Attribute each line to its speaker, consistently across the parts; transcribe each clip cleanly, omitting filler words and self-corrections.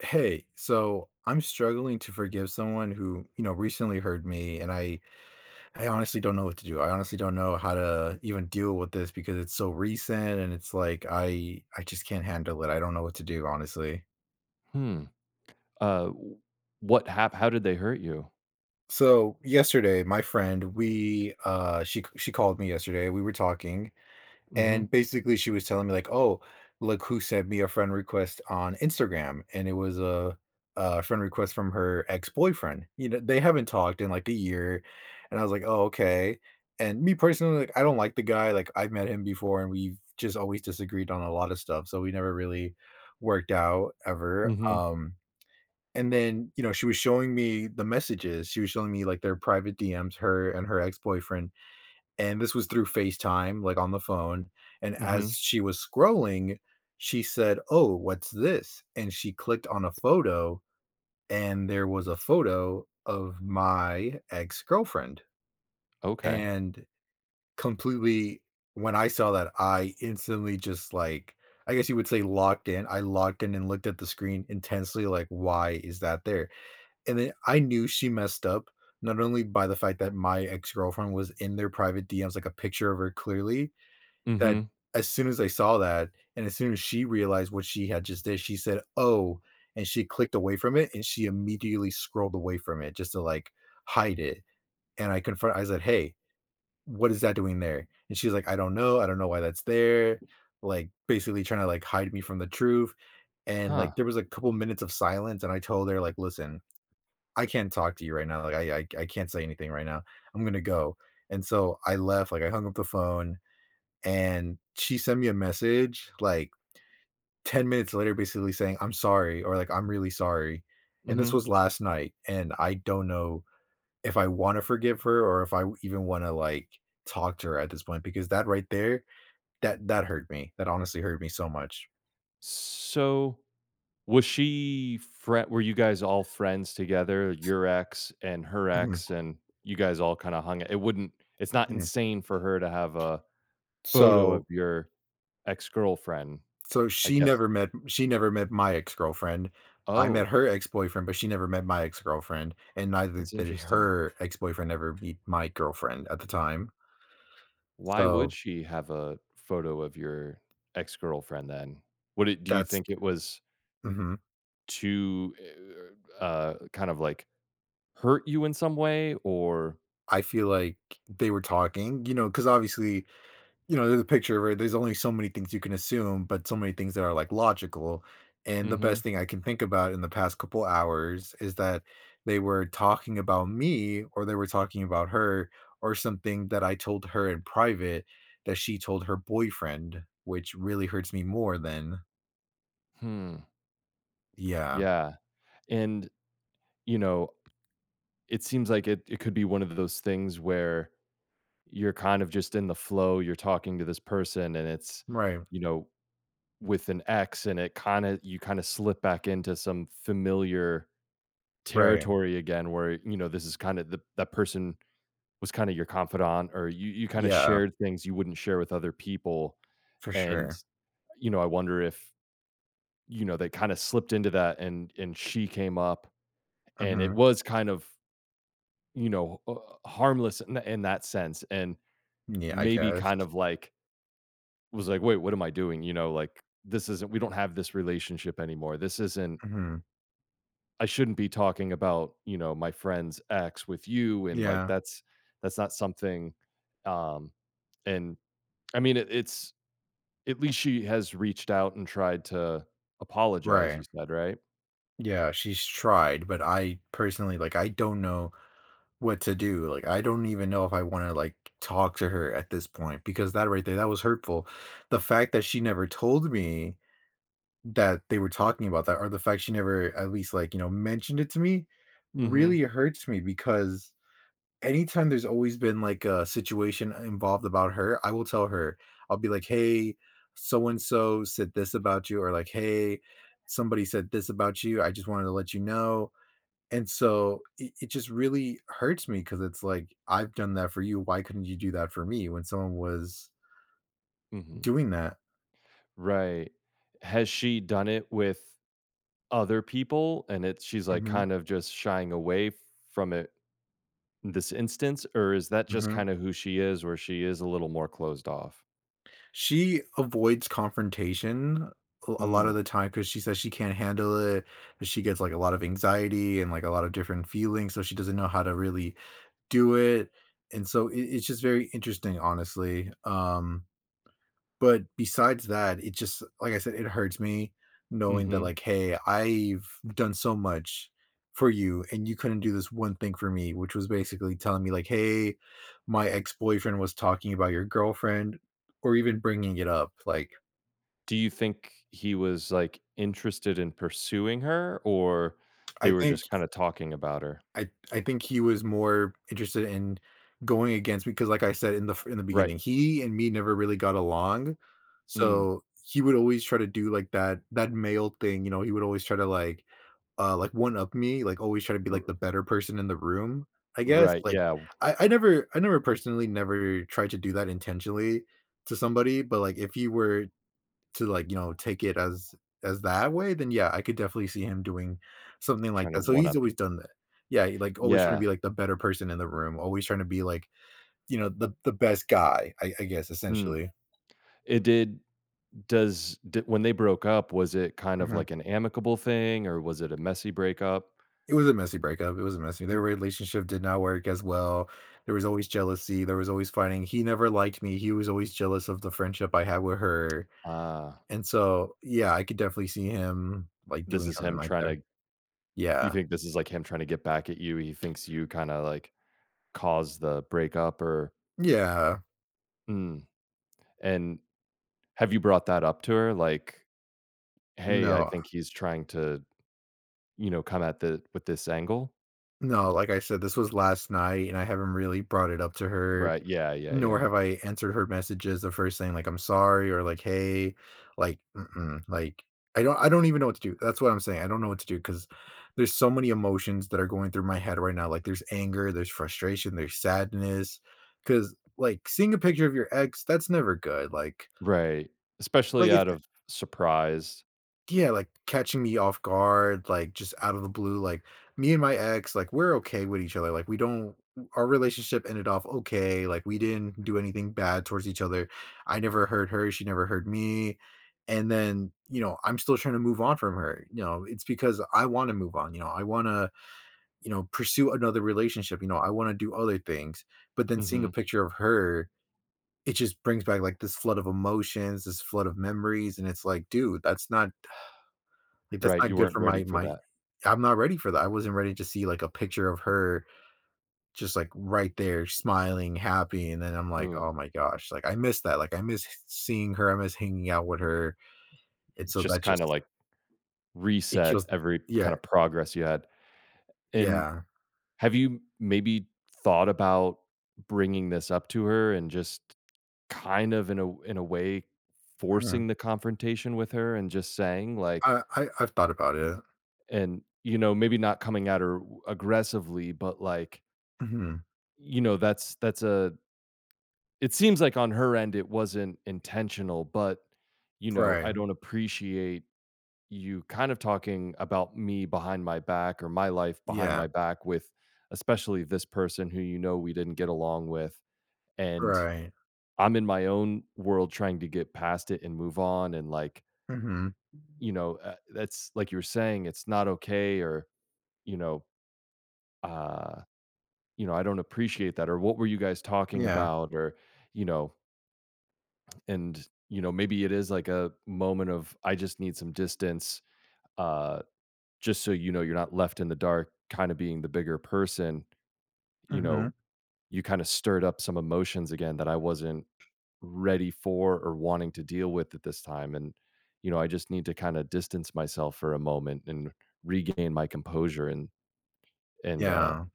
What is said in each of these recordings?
Speaker 1: Hey, so I'm struggling to forgive someone who, you know, recently hurt me, and I honestly don't know what to do. I honestly don't know how to even deal with this because it's so recent, and it's like I just can't handle it. I don't know what to do, honestly.
Speaker 2: Hmm. Uh, what hap how did they hurt you?
Speaker 1: So yesterday my friend, we she called me yesterday, we were talking.
Speaker 2: Mhm.
Speaker 1: And basically she was telling me like, "Oh, look who sent me a friend request on Instagram." And it was a friend request from her ex-boyfriend. You know, they haven't talked in like a year. And I was like, "Oh, okay." And me personally, like I don't like the guy. Like I've met him before, and we've just always disagreed on a lot of stuff. So we never really worked out ever.
Speaker 2: Mhm.
Speaker 1: And then, you know, she was showing me the messages. She was showing me like their private DMs, her and her ex-boyfriend, and this was through FaceTime, like, on the phone, and as
Speaker 2: Mhm.
Speaker 1: she was scrolling, she said, "Oh, what's this?" And she clicked on a photo, and there was a photo of my ex-girlfriend,
Speaker 2: Okay.
Speaker 1: and completely when I saw that, I instantly just, like, I guess you would say locked in. I locked in and looked at the screen intensely, like, "Why is that there?" And then I knew she messed up, not only by the fact that my ex-girlfriend was in their private DMs, like, a picture of her clearly, that
Speaker 2: Mhm.
Speaker 1: as soon as I saw that, and as soon as she realized what she had just did, she said, "Oh," and she clicked away from it, and she immediately scrolled away from it just to, like, hide it, and I said, "Hey, what is that doing there?" And she's like, I don't know why that's there," like, basically trying to, like, hide me from the truth, and, like,
Speaker 2: Huh.
Speaker 1: there was a couple minutes of silence, and I told her, like, "Listen, I can't talk to you right now, like, I can't say anything right now. I'm gonna go," and so I left, like, I hung up the phone, and she sent me a message like 10 minutes later basically saying I'm sorry, or like, "I'm really sorry." And this
Speaker 2: Mhm.
Speaker 1: was last night, and I don't know if I want to forgive her, or if I even want to, like, talk to her at this point, because that right there, that hurt me, that honestly hurt me so much.
Speaker 2: So, was she friend? Were you guys all friends together, your ex and her
Speaker 1: Mhm,
Speaker 2: ex, and you guys all kinda hung it's not
Speaker 1: mhm.
Speaker 2: insane for her to have a photo of
Speaker 1: so
Speaker 2: your ex-girlfriend,
Speaker 1: so
Speaker 2: I
Speaker 1: she
Speaker 2: guess.
Speaker 1: never met, she never met my ex-girlfriend. I met
Speaker 2: Oh,
Speaker 1: her ex-boyfriend, but she never met my ex-girlfriend, and neither
Speaker 2: that's
Speaker 1: did
Speaker 2: interesting.
Speaker 1: her ex-boyfriend ever meet my girlfriend at the time.
Speaker 2: Why would
Speaker 1: So
Speaker 2: she have a photo of your ex-girlfriend then? Would it do you
Speaker 1: that's
Speaker 2: think it was
Speaker 1: mhm.
Speaker 2: to, kind of, like, hurt you in some way or
Speaker 1: I feel like they were talking, you know, because obviously, you know, there's a picture where there's only so many things you can assume, but so many things that are, like, logical, and the
Speaker 2: mhm,
Speaker 1: best thing I can think about in the past couple hours is that they were talking about me, or they were talking about her, or something that I told her in private that she told her boyfriend, which really hurts me more than.
Speaker 2: hmm,
Speaker 1: Yeah.
Speaker 2: yeah, and, you know, it seems like it could be one of those things where you're kind of just in the flow, you're talking to this person, and it's,
Speaker 1: Right,
Speaker 2: you know, with an ex, and it kinda you kinda slip back into some familiar
Speaker 1: right.
Speaker 2: territory again where, you know, this is kinda the that person was kinda your confidant, or you kinda
Speaker 1: Yeah,
Speaker 2: shared things you wouldn't share with other people,
Speaker 1: for sure.
Speaker 2: and you know, I wonder if, you know, they kind of slipped into that and she came up and it
Speaker 1: Mhm.
Speaker 2: was kind of, you know, harmless in that sense and
Speaker 1: Yeah, I
Speaker 2: maybe
Speaker 1: guess.
Speaker 2: kind of like was like, "Wait, what am I doing?" You know, like this isn't we don't have this relationship anymore. This isn't
Speaker 1: Mhm.
Speaker 2: I shouldn't be talking about, you know, my friend's ex with you and like
Speaker 1: Yeah.
Speaker 2: that's not something, um and I mean it's at least she has reached out and tried to apologize,
Speaker 1: Right.
Speaker 2: you said, right?
Speaker 1: Yeah, she's tried, but I personally, like, I don't know what to do. Like, I don't even know if I want to, like, talk to her at this point, because that right there, that was hurtful. The fact that she never told me that they were talking about that, or the fact she never at least, like, you know, mentioned it to me
Speaker 2: Mhm.
Speaker 1: really hurts me, because anytime there's always been like a situation involved about her, I will tell her. I'll be like, "Hey, so and so said this about you," or like, "Hey, somebody said this about you. I just wanted to let you know." And so it just really hurts me, because it's like, I've done that for you. Why couldn't you do that for me when someone was
Speaker 2: Mhm.
Speaker 1: doing that?
Speaker 2: Right. Has she done it with other people and it's she's, like,
Speaker 1: Hmm.
Speaker 2: kind of just shying away from it in this instance, or is that just
Speaker 1: Hmm.
Speaker 2: kinda who she is where she is a little more closed off?
Speaker 1: She avoids confrontation a lot
Speaker 2: Mm,
Speaker 1: of the time because she says she can't handle it, she gets, like, a lot of anxiety and, like, a lot of different feelings, so she doesn't know how to really do it, and so it's just very interesting, honestly, but besides that, it just, like I said, it hurts me knowing that,
Speaker 2: mhm.
Speaker 1: like, "Hey, I've done so much for you, and you couldn't do this one thing for me," which was basically telling me like, "Hey, my ex-boyfriend was talking about your girlfriend," or even bringing it up. Like,
Speaker 2: Do you think he was, like, interested in pursuing her or
Speaker 1: I
Speaker 2: they were
Speaker 1: think
Speaker 2: just kinda talking about her?
Speaker 1: I think he was more interested in going against me, because, like I said in the f in the
Speaker 2: Right.
Speaker 1: beginning, he and me never really got along.
Speaker 2: Mm.
Speaker 1: So he would always try to do like that male thing, you know, he would always try to like, one-up me, like, always try to be,
Speaker 2: R
Speaker 1: like, the better person in the room, I guess,
Speaker 2: right,
Speaker 1: like,
Speaker 2: yeah,
Speaker 1: I never, I never personally never tried to do that intentionally to somebody, but, like, if you were to, like, you know, take it as that way, then, yeah, I could definitely see him doing something like
Speaker 2: trying to
Speaker 1: that, so
Speaker 2: one
Speaker 1: he's
Speaker 2: up you.
Speaker 1: always done that. Yeah, he, like, always trying to be,
Speaker 2: Yeah.
Speaker 1: like, the better person in the room, always trying to be, like, you know, the best guy, I guess,
Speaker 2: Mm.
Speaker 1: essentially.
Speaker 2: It did Does d when they broke up, was it kind of
Speaker 1: Mhm.
Speaker 2: like an amicable thing, or was it a messy breakup?
Speaker 1: It was a messy breakup, it was a messy their
Speaker 2: And
Speaker 1: relationship did not work as well, there was always jealousy, there was always fighting, he never liked me, he was always jealous of the friendship I had with her,
Speaker 2: ah,
Speaker 1: and so, yeah, I could definitely see him, like,
Speaker 2: this
Speaker 1: doing
Speaker 2: is
Speaker 1: something
Speaker 2: him
Speaker 1: like
Speaker 2: trying
Speaker 1: that.
Speaker 2: to you
Speaker 1: Yeah.
Speaker 2: think this is, like, him trying to get back at you? He thinks you kinda, like, caused the breakup or
Speaker 1: Yeah.
Speaker 2: mm, and have you brought that up to her? Like, "Hey, I
Speaker 1: No,
Speaker 2: think he's trying to, you know, come at the with this angle."
Speaker 1: no, like I said, this was last night, and I haven't really brought it up to her.
Speaker 2: Right, yeah, yeah,
Speaker 1: Nor
Speaker 2: yeah.
Speaker 1: have I answered her messages, the first thing, like, "I'm sorry," or like, "Hey," like, mm-mm, like, I don't even know what to do. That's what I'm saying. I don't know what to do because there's so many emotions that are going through my head right now. Like, there's anger, there's frustration, there's sadness. Because, like, seeing a picture of your ex, that's never good.
Speaker 2: Right,
Speaker 1: Like,
Speaker 2: especially
Speaker 1: it's
Speaker 2: out of surprise.
Speaker 1: yeah, like, catching me off guard, like, just out of the blue, like, me and my ex, like, we're okay with each other, like, we don't our relationship ended off okay, like, we didn't do anything bad towards each other. I never hurt her, she never hurt me, and then, you know, I'm still trying to move on from her, you know, it's because I wanna move on, you know, I wanna, you know, pursue another relationship, you know, I wanna do other things, but then seeing a
Speaker 2: Mhm.
Speaker 1: picture of her, it just brings back, like, this flood of emotions, this flood of memories, and it's like, "Dude, that's not, like, that's
Speaker 2: Right,
Speaker 1: not
Speaker 2: you
Speaker 1: good
Speaker 2: weren't
Speaker 1: for
Speaker 2: ready
Speaker 1: my
Speaker 2: for that.
Speaker 1: I'm not ready for that. I wasn't ready to see, like, a picture of her just, like, right there smiling, happy, and then I'm like,
Speaker 2: Ooh,
Speaker 1: "Oh my gosh," like, I miss that, like, I miss seeing her, I miss hanging out with her, and so that
Speaker 2: just kinda,
Speaker 1: just
Speaker 2: like,
Speaker 1: it
Speaker 2: reset
Speaker 1: kills.
Speaker 2: every
Speaker 1: Yeah,
Speaker 2: kind of progress you had. And
Speaker 1: yeah,
Speaker 2: have you maybe thought about bringing this up to her and just kind of in a way
Speaker 1: mhm.
Speaker 2: forcing the confrontation with her and just saying like,
Speaker 1: I've thought about it.
Speaker 2: and you know maybe not coming at her aggressively, but like,
Speaker 1: Mhm.
Speaker 2: you know that's a, it seems like on her end it wasn't intentional, but you know
Speaker 1: Right.
Speaker 2: I don't appreciate you kind of talking about me behind my back, or my life behind
Speaker 1: Yeah.
Speaker 2: my back, with especially this person who you know we didn't get along with, and
Speaker 1: Right.
Speaker 2: I'm in my own world trying to get past it and move on, and like,
Speaker 1: Mhm.
Speaker 2: you know, that's like you were saying, it's not okay, or you know, uh you know I don't appreciate that, or what were you guys talking
Speaker 1: Yeah.
Speaker 2: about, or you know, and you know maybe it is like a moment of I just need some distance, uh just so you know, you're not left in the dark, kind of being the bigger person, you know,
Speaker 1: Mhm.
Speaker 2: you kind of stirred up some emotions again that I wasn't ready for or wanting to deal with at this time, and you know I just need to kind of distance myself for a moment and regain my composure, and.
Speaker 1: Yeah.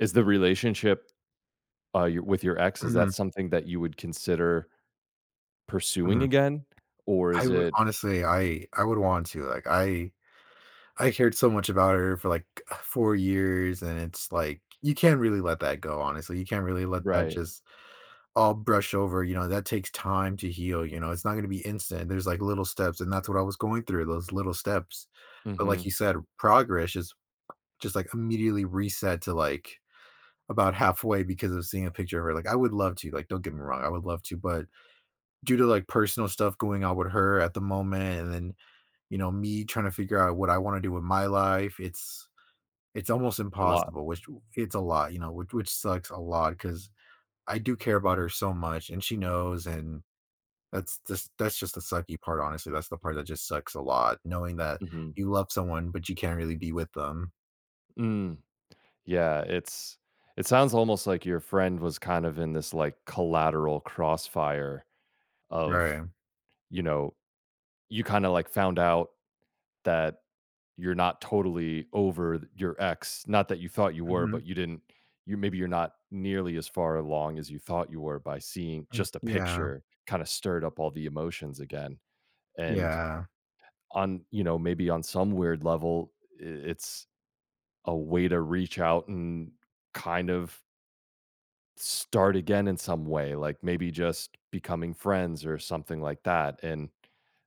Speaker 2: Is the relationship, with your ex, is
Speaker 1: Mhm,
Speaker 2: that something that you would consider pursuing
Speaker 1: mhm.
Speaker 2: again or is it
Speaker 1: I would want to, like, I cared so much about her for like 4 years, and it's like, you can't really let that go, honestly. You can't really let that
Speaker 2: right
Speaker 1: just all brush over, you know, that takes time to heal, you know, it's not gonna be instant. There's like little steps, and that's what I was going through, those little steps. But like
Speaker 2: mhm
Speaker 1: you said, progress is just like immediately reset to like about halfway because of seeing a picture of her. Like, I would love to, like, don't get me wrong, I would love to, but due to like personal stuff going on with her at the moment, and then, you know, me trying to figure out what I wanna do with my life, it's almost
Speaker 2: a lot
Speaker 1: impossible, which it's a lot, you know, which sucks a lot because I do care about her so much, and she knows, and that's just the sucky part, honestly, that's the part that just sucks a lot, knowing that
Speaker 2: mhm
Speaker 1: you love someone, but you can't really be with them.
Speaker 2: mm. Yeah, it sounds almost like your friend was kind of in this like collateral crossfire of,
Speaker 1: Right.
Speaker 2: you know, you kind of like found out that you're not totally over your ex. Not that you thought you were,
Speaker 1: Mhm.
Speaker 2: but you maybe you're not nearly as far along as you thought you were by seeing just a
Speaker 1: Yeah.
Speaker 2: picture kind of stirred up all the emotions again. And
Speaker 1: Yeah.
Speaker 2: on, you know, maybe on some weird level, it's a way to reach out and kind of start again in some way, like maybe just becoming friends or something like that, and,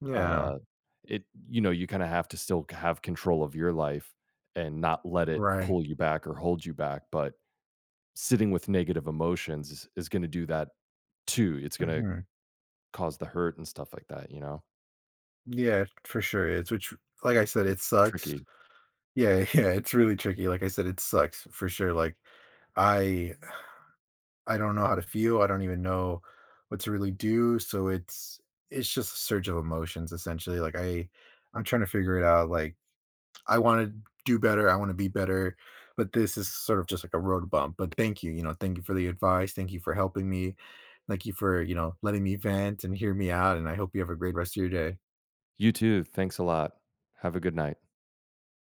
Speaker 1: Yeah.
Speaker 2: uh, it, you know, you kinda have to still c have control of your life and not let it
Speaker 1: Right.
Speaker 2: pull you back or hold you back, but sitting with negative emotions is gonna do that too, it's gonna
Speaker 1: Mhm.
Speaker 2: cause the hurt and stuff like that, you know?
Speaker 1: Yeah, for sure it's which like I said, it
Speaker 2: It's
Speaker 1: sucks.
Speaker 2: tricky.
Speaker 1: Yeah, yeah, it's really tricky, like I said, it sucks for sure, like, I I don't know how to feel, I don't even know what to really do, so it's just a surge of emotions, essentially, like, I I'm trying to figure it out, like, I wanna do better, I wanna be better, but this is sort of just like a road bump, but thank you, you know, thank you for the advice, thank you for helping me, thank you for, you know, letting me vent and hear me out, and I hope you have a great rest of your day.
Speaker 2: You too, thanks a lot. Have a good night.